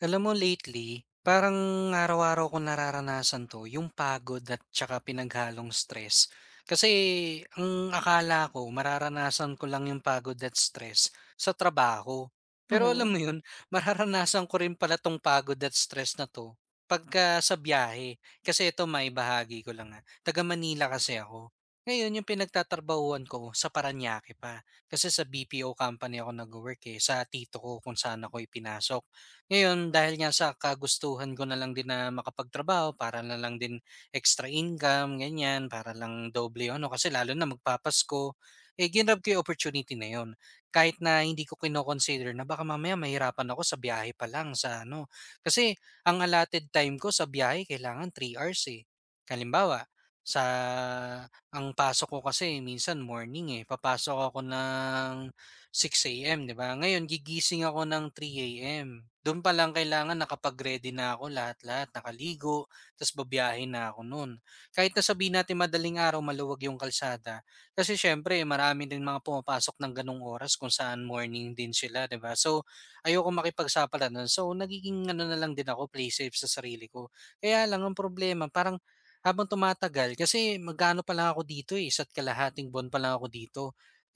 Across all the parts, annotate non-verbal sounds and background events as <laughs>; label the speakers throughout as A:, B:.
A: Alam mo lately, parang araw-araw ko nararanasan 'to, yung pagod at tsaka pinaghalong stress. Kasi ang akala ko mararanasan ko lang yung pagod at stress sa trabaho. Pero alam
B: Mhm.
A: mo yun, <laughs> mararanasan ko rin pala 'tong pagod at stress na 'to pagka sa biyahe. Kasi ito may bahagi ko lang, ah, taga Manila kasi ako. Ngayon yung pinagtatrabahuhan ko sa Parañaque pa. Kasi sa BPO company ako nagwo-work, eh, sa tito ko kung saan ako ipinasok. Ngayon dahil nga sa kagustuhan ko na lang din na makapagtrabaho para na lang din extra income ganyan, para lang doble yung ano kasi lalo na magpapasko, eh, ginrab ko yung opportunity na yun. Kahit na hindi ko kino-consider na baka mamaya mahirapan ako sa biyahe pa lang sa ano, kasi ang allotted time ko sa biyahe kailangan 3 hours, eh. Halimbawa, sa ang pasok ko kasi minsan morning, eh, papasok ako ng 6 a.m., 'di ba? Ngayon gigising ako ng 3 AM. Do'n pa lang kailangan nakapag-ready na ako lahat-lahat, nakaligo, ta's babiyahin na ako no'n. Kahit na sabihin natin madaling araw, maluwag yung kalsada, kasi siyempre marami din mga pumapasok ng gano'ng oras kung saan morning din sila, 'di ba? So, ayoko makipagsapala no'n. So, nagiging ano na lang din ako, play safe sa sarili ko. Kaya lang ang problema parang habang tumatagal kasi mag-aano pa lang ako dito, eh, isa't kalahating buwan pa lang ako dito.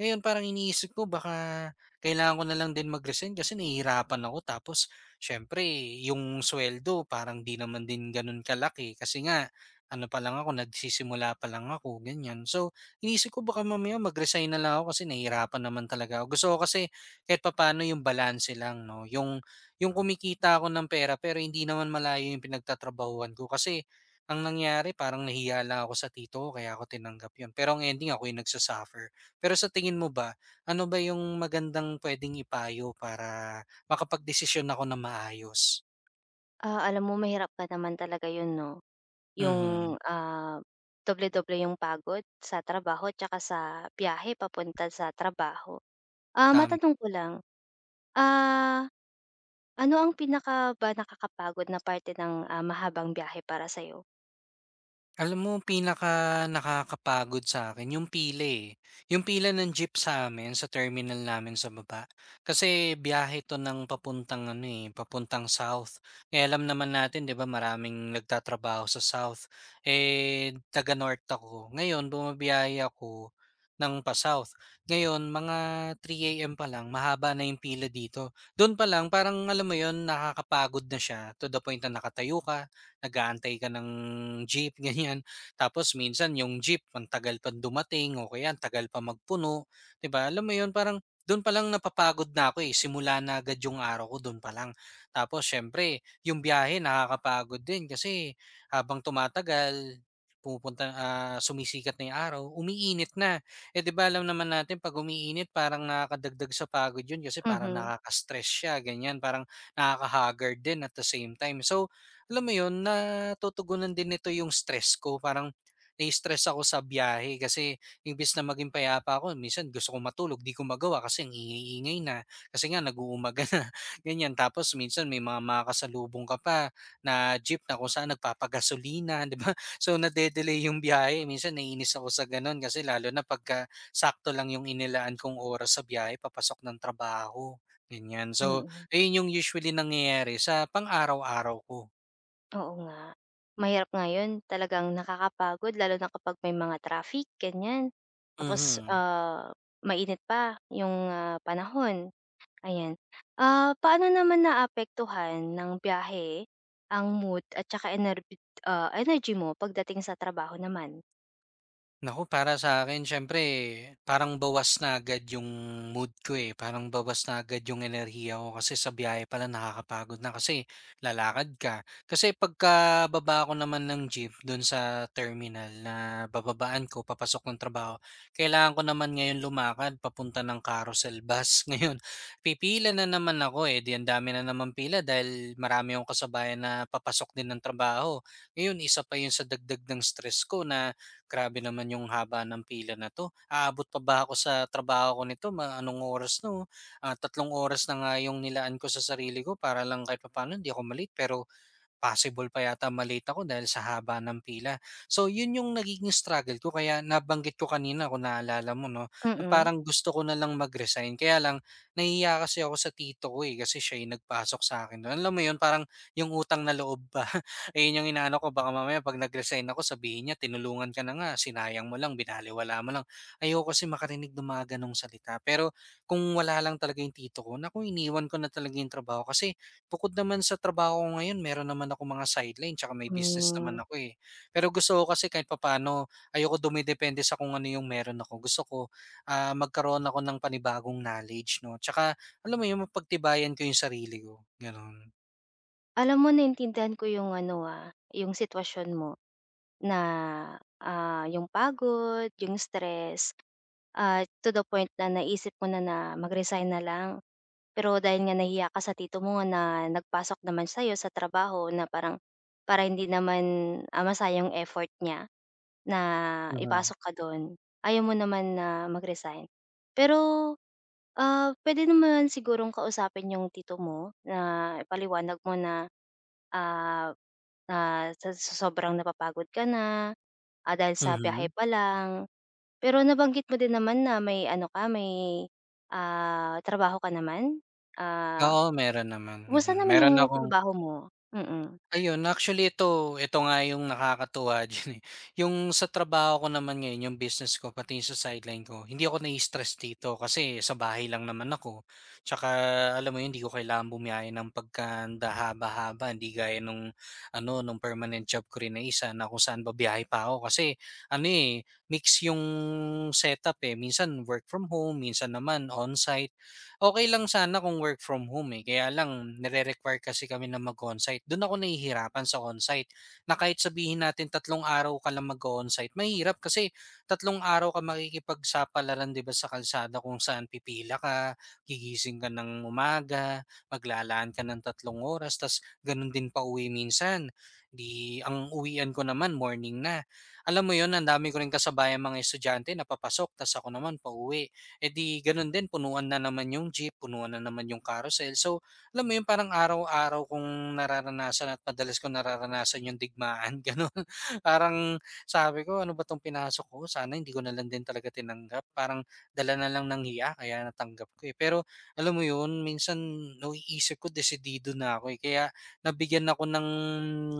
A: Ngayon parang iniisip ko baka kailangan ko na lang din mag-resign kasi nahihirapan ako tapos siyempre yung sweldo parang 'di naman din gano'n kalaki kasi nga ano pa lang ako, nagsisimula pa lang ako, ganyan. So, iniisip ko baka mamaya mag-resign na lang ako kasi nahihirapan naman talaga ako. Gusto ko kasi kahit papaano yung balanse lang, no? Yung kumikita ako ng pera pero hindi naman malayo yung pinagtatrabahuan ko kasi ang nangyari parang nahiya lang ako sa tito ko kaya ako tinanggap yun. Pero ang ending ako yung nagsasuffer. Pero sa tingin mo ba, ano ba yung magandang puwedeng ipayo para makapagdesisyon ako na maayos?
B: Alam mo mahirap pa naman talaga yun 'no, yung,
A: Mhm,
B: ah, doble-doble yung pagod sa trabaho tsaka sa biyahe papunta sa trabaho.
A: tama.
B: Matanong ko lang, ah, ano ang pinaka ba nakakapagod na parte ng, mahabang biyahe para sa'yo?
A: Alam mo pinaka nakakapagod sa akin yung pila, eh. Yung pila ng jeep sa'min sa terminal namin sa baba. Kasi biyahe 'to ng papuntang ano, eh, papuntang south. Eh, alam naman natin 'di ba maraming nagtatrabaho sa south. Eh, taga-north ako. Ngayon bumabiyahe ako ng pa-south. Ngayon mga 3 a.m. pa lang mahaba na yung pila dito. Dun pa lang parang alam mo yon nakakapagod na siya to the point na nakatayo ka, nag-aantay ka ng jeep, <laughs> ganyan. Tapos minsan yung jeep, ang tagal pa dumating o kaya ang tagal pa magpuno, 'di ba? Alam mo 'yun, parang doon pa lang napapagod na ako eh. Simula na agad yung araw ko doon pa lang. Tapos syempre, yung biyahe nakakapagod din kasi habang tumatagal, pupunta ah, sumisikat na yung araw, umiinit na. Eh 'di ba alam naman natin pag umiinit parang nakakadagdag sa pagod 'yun kasi parang
B: Mhm,
A: nakaka-stress siya, ganyan, parang nakaka-haggard din at the same time. So, alam mo yun, natutugunan din nito yung stress ko. Parang nai-stress ako sa biyahe kasi imbis na maging payapa ako, minsan gusto ko matulog, di ko magawa kasi ang ingay-ingay na. Kasi nga, nag-uumaga <laughs> na. Ganyan. Tapos minsan may mga makakasalubong ka pa na jeep na kung saan nagpapagasolina, <laughs> di ba? So, nade-delay yung biyahe. Minsan naiinis ako sa ganun kasi lalo na pagka sakto lang yung inilaan kong oras sa biyahe, papasok ng trabaho. Ganyan. So,
B: mm.
A: ayun yung usually nangyayari sa pang-araw-araw ko.
B: Oo nga. Mahirap ngayon talagang nakakapagod lalo na kapag may mga traffic, ganyan. Tapos,
A: Mhm.
B: mainit pa yung, panahon. Ayan. Paano naman naapektuhan ng biyahe ang mood at tsaka energy mo pagdating sa trabaho naman?
A: Naku, para sa akin, siyempre parang bawas na agad yung mood ko, eh, parang bawas na agad yung enerhiya ko kasi sa biyahe pa lang nakakapagod na kasi lalakad ka. Kasi pagkababa ko naman ng jeep dun sa terminal na bababaan ko papasok ng trabaho, kailangan ko naman ngayon lumakad papunta ng Carousel Bus. <laughs> Ngayon, pipila na naman ako, eh, 'di ang dami na namang pila dahil marami akong kasabayan na papasok din ng trabaho. Ngayon isa pa yun sa dagdag ng stress ko na grabe naman yung haba ng pila na 'to. Aabot pa ba ako sa trabaho ko nito mga anong oras 'no? Ah, 3 oras na nga yung nilaan ko sa sarili ko para lang kahit papaano hindi ako malit pero possible pa yata ma-late ako dahil sa haba ng pila. So, yun yung nagiging struggle ko kaya nabanggit ko kanina kung naalala mo 'no, na
B: Mm.
A: parang gusto ko na lang mag-resign kaya lang nahihiya kasi ako sa tito ko, eh, kasi siya yung nagpasok sa akin dun. Alam mo yun, parang yung utang na loob ba. <laughs> Ayun yung inaano ko baka mamaya 'pag nag-resign ako sabihin niya, "Tinulungan ka na nga, sinayang mo lang, binaliwala mo lang." Ayoko kasi makarinig ng mga gano'ng salita. Pero kung wala lang talaga yung tito ko, naku iniwan ko na talaga yung trabaho kasi bukod naman sa trabaho ko ngayon meron naman ako mga sideline tsaka may business
B: Hmm.
A: naman ako, eh. Pero gusto ko kasi kahit papaano ayoko dumidepende sa kung ano yung meron ako. Gusto ko, ah, magkaroon ako ng panibagong knowledge 'no, tsaka alam mo yun mapagtibayan ko yung sarili ko, gano'n.
B: Alam mo naintindihan ko yung ano, yung sitwasyon mo na, yung pagod, yung stress at to the point na naisip mo na na mag-resign na lang. Pero dahil nga nahiya ka sa tito mo na nagpasok naman sa'yo sa trabaho na parang para hindi naman, masayang effort niya, na
A: Mhm.
B: ipasok ka dun, ayaw mo naman na mag-resign. Pero, puwede naman sigurong kausapin yung tito mo na ipaliwanag mo na, ah, na sa sobrang napapagod ka na, dahil sa biyahe
A: Mhm.
B: pa lang. Pero nabanggit mo din naman na may ano ka, may, trabaho ka naman? Ah,
A: Oo, meron naman,
B: kumusta
A: mm.
B: naman yung
A: Meron akong
B: trabaho mo? Mm,
A: Ayun, actually ito ito nga yung nakakatuwa <laughs> diyan, eh. Yung sa trabaho ko naman ngayon, yung business ko pati yung sa sideline ko, hindi ako nai-stress dito kasi sa bahay lang naman ako. Tsaka alam mo yun, hindi ko kailangan bumiyahe ng pagkahanda haba-haba, hindi gaya nung ano, nung permanent job ko rin na isa na kung saan babiyahe pa ako kasi ano, eh, mix yung setup, eh. Minsan work from home, minsan naman on-site. Okay lang sana kung work from home, eh, kaya lang nire-require kasi kami na mag-onsite. Do'n ako nahihirapan sa onsite na kahit sabihin natin 3 araw ka lang mag onsite mahirap kasi 3 araw ka makikipagsapalaran, 'di ba, sa kalsada kung saan pipila ka, gigising ka ng umaga, maglalaan ka ng 3 oras ta's gano'n din pa uwi minsan. 'Di ang uwian ko naman morning na. Alam mo yon ang dami ko ring kasabayang mga estudyante na papasok ta's ako naman pauwi. Eh, di gano'n din punuan na naman yung jeep, punuan na naman yung carousel. So, alam mo yun parang araw-araw kong nararanasan at madalas kong nararanasan yung digmaan <laughs> gano'n. Parang sabi ko, "Ano ba 'tong pinasok ko? Sana hindi ko na lang din talaga tinanggap." Parang dala na lang ng hiya kaya natanggap ko, eh. Pero alam mo yun minsan nauiisip ko desidido na ako, eh. Kaya nabigyan ako ng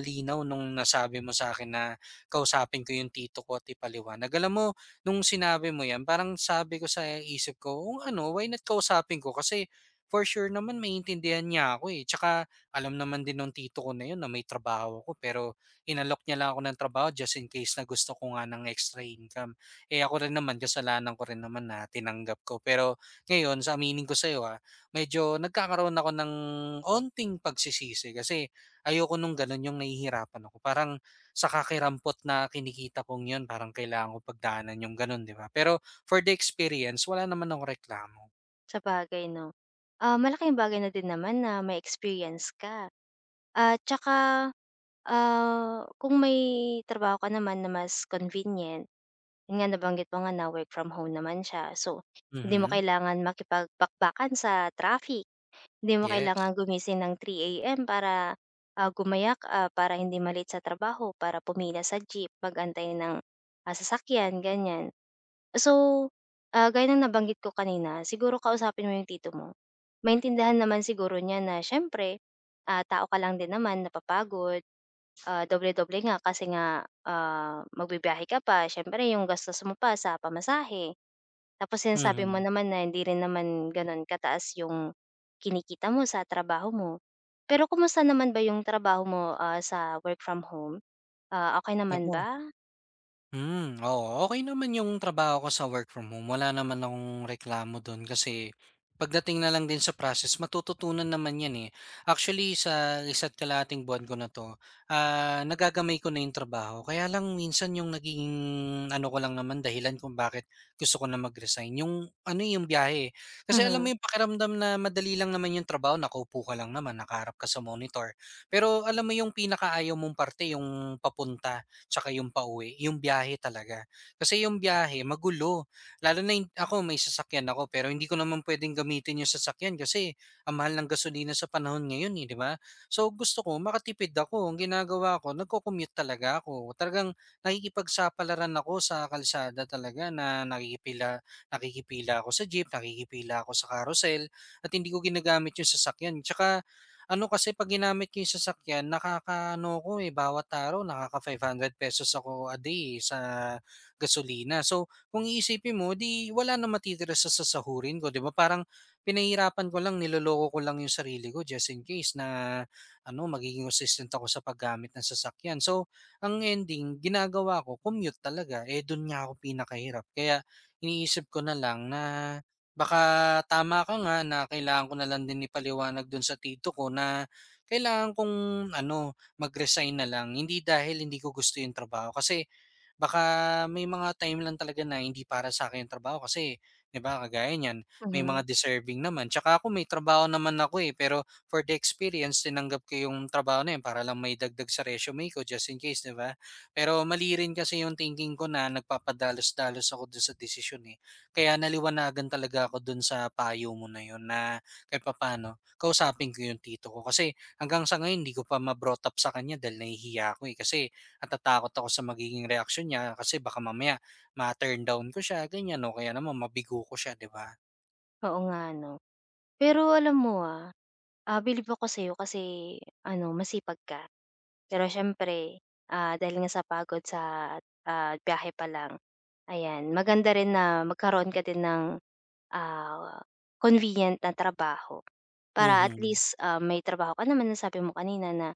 A: linaw nung nasabi mo sa akin na kausapin ko yung tito ko at ipaliwanag. Alam mo nung sinabi mo 'yan parang sabi ko sa isip ko, kung ano, why not kausapin ko kasi for sure naman maiintindihan niya ako, eh. Tsaka alam naman din ng tito ko na 'yun na may trabaho ko pero inalok niya lang ako ng trabaho just in case na gusto ko nga ng extra income. Eh, ako rin naman kasalanan ko rin naman na tinanggap ko. Pero ngayon sa aminin ko sa'yo, ah, medyo nagkakaroon ako ng onting pagsisisi kasi ayoko nung gano'n yung nahihirapan ako. Parang sa kakirampot na kinikita kong 'yun parang kailangan ko pagdaanan yung gano'n, 'di ba? Pero for the experience, wala naman akong reklamo.
B: sabagay 'no. Malaking bagay na din naman na may experience ka. At tsaka, kung may trabaho ka naman na mas convenient, yun nga nabanggit mo nga na work from home naman siya. So, hindi mo
A: Mhm.
B: kailangan makipagpakbakan sa traffic. Hindi mo
A: Yes.
B: kailangan gumising ng 3 AM para, gumayak, para hindi malit sa trabaho, para pumila sa jeep, sasakyan, ganyan. So, gaya ng nabanggit ko kanina, siguro kausapin mo yung tito mo. Maintindihan naman siguro niya na siyempre, tao ka lang din naman, napapagod, doble-doble nga kasi nga, magbibiyahe ka pa, siyempre yung gastos mo pa sa pamasahe. Tapos sinasabi mo
A: Mhm.
B: naman na hindi rin naman gano'n kataas yung kinikita mo sa trabaho mo. Pero kumusta naman ba yung trabaho mo, sa work from home? Okey naman
A: Naku.
B: ba?
A: Hmm, oo. Okey naman yung trabaho ko sa work from home, wala naman akong reklamo dun kasi pagdating na lang din sa process matututunan naman yan, eh. Actually sa isa't kalahating buwan ko na 'to, ah, nagagamay ko na yung trabaho kaya lang minsan yung naging ano ko lang naman dahilan kung bakit gusto ko na mag-resign yung ano, eh, yung biyahe, eh. Kasi alam
B: Mhm,
A: mo yung pakiramdam na madali lang naman yung trabaho nakaupo ka lang naman, nakaharap ka sa monitor. Pero alam mo yung pinakaayaw mong parte yung papunta. 'Tsaka yung pauwi, yung biyahe talaga. Kasi yung biyahe magulo, lalo na yung ako may sasakyan ako pero hindi ko naman pwedeng gamitin yung sasakyan kasi ang mahal ng gasolina sa panahon ngayon, eh, 'di ba? So, gusto ko makatipid ako, ang ginagawa ko nagco-commute talaga ako. Talagang nakikipagsapalaran ako sa kalsada talaga na nakikipila nakikipila ako sa jeep, nakikipila ako sa carousel at hindi ko ginagamit yung sasakyan. 'Tsaka ano kasi 'pag ginamit ko yung sasakyan nakakaano ko, eh, bawat araw nakaka-₱500 pesos ako a day, eh, sa gasolina. So, kung iisipin mo 'di wala na matitira sa sasahurin ko, 'di ba? Parang pinahihirapan ko lang, niloloko ko lang yung sarili ko just in case na ano, magiging consistent ako sa paggamit ng sasakyan. So, ang ending ginagawa ko commute talaga, eh, dun nga ako pinakahirap. Kaya iniisip ko na lang na baka tama ka nga na kailangan ko na lang din ipaliwanag do'n sa tito ko na kailangan kong ano, mag-resign na lang. Hindi dahil hindi ko gusto 'yung trabaho kasi baka may mga time lang talaga na hindi para sa'kin yung trabaho kasi 'di ba kagaya niyan, may
B: mhm.
A: mga deserving naman. Tsaka ako may trabaho naman ako, eh, pero for the experience tinanggap ko yung trabaho na yun para lang maidagdag sa resume ko just in case 'di ba? Pero mali rin kasi yung thinking ko na nagpapadalos-dalos ako dun sa desisyon, eh. Kaya naliwanagan talaga ako dun sa payo mo na yun na kahit papaano kausapin ko yung tito ko. Kasi hanggang sa ngayon hindi ko pa ma-brought up sa kanya dahil nahihiya ako, eh, kasi natatakot ako sa magiging reaksyon niya kasi baka mamaya ma-turn down ko siya ganyan o kaya naman mabigo ko siya, 'di ba?
B: Oo nga 'no. Pero alam mo, bilib ako sa'yo kasi ano masipag ka. Pero siyempre, dahil nga sa pagod sa, biyahe pa lang, ayan maganda rin na magkaroon ka din ng, ah, convenient na trabaho. Para at
A: Mhm.
B: least, may trabaho ka naman, nasabi mo kanina na,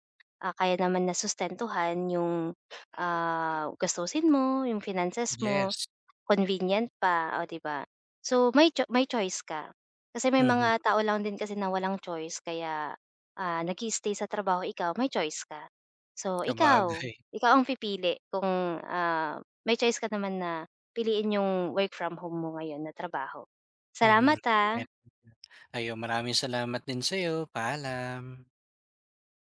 B: kaya naman na sustentuhan yung, gastusin mo, yung finances mo,
A: Yes.
B: convenient pa, o 'di ba? So, may choice ka. Kasi may mga
A: Mhm,
B: tao lang din kasi na walang choice kaya, nag stay sa trabaho, ikaw may choice ka. So, ikaw,
A: sabagay.
B: ikaw ang pipili kung, ah, may choice ka naman na piliin yung work from home mo ngayon na trabaho.
A: Mhm,
B: Salamat,
A: sang-ayon.
B: ah.
A: Ayun, maraming salamat din sa'yo. Paalam.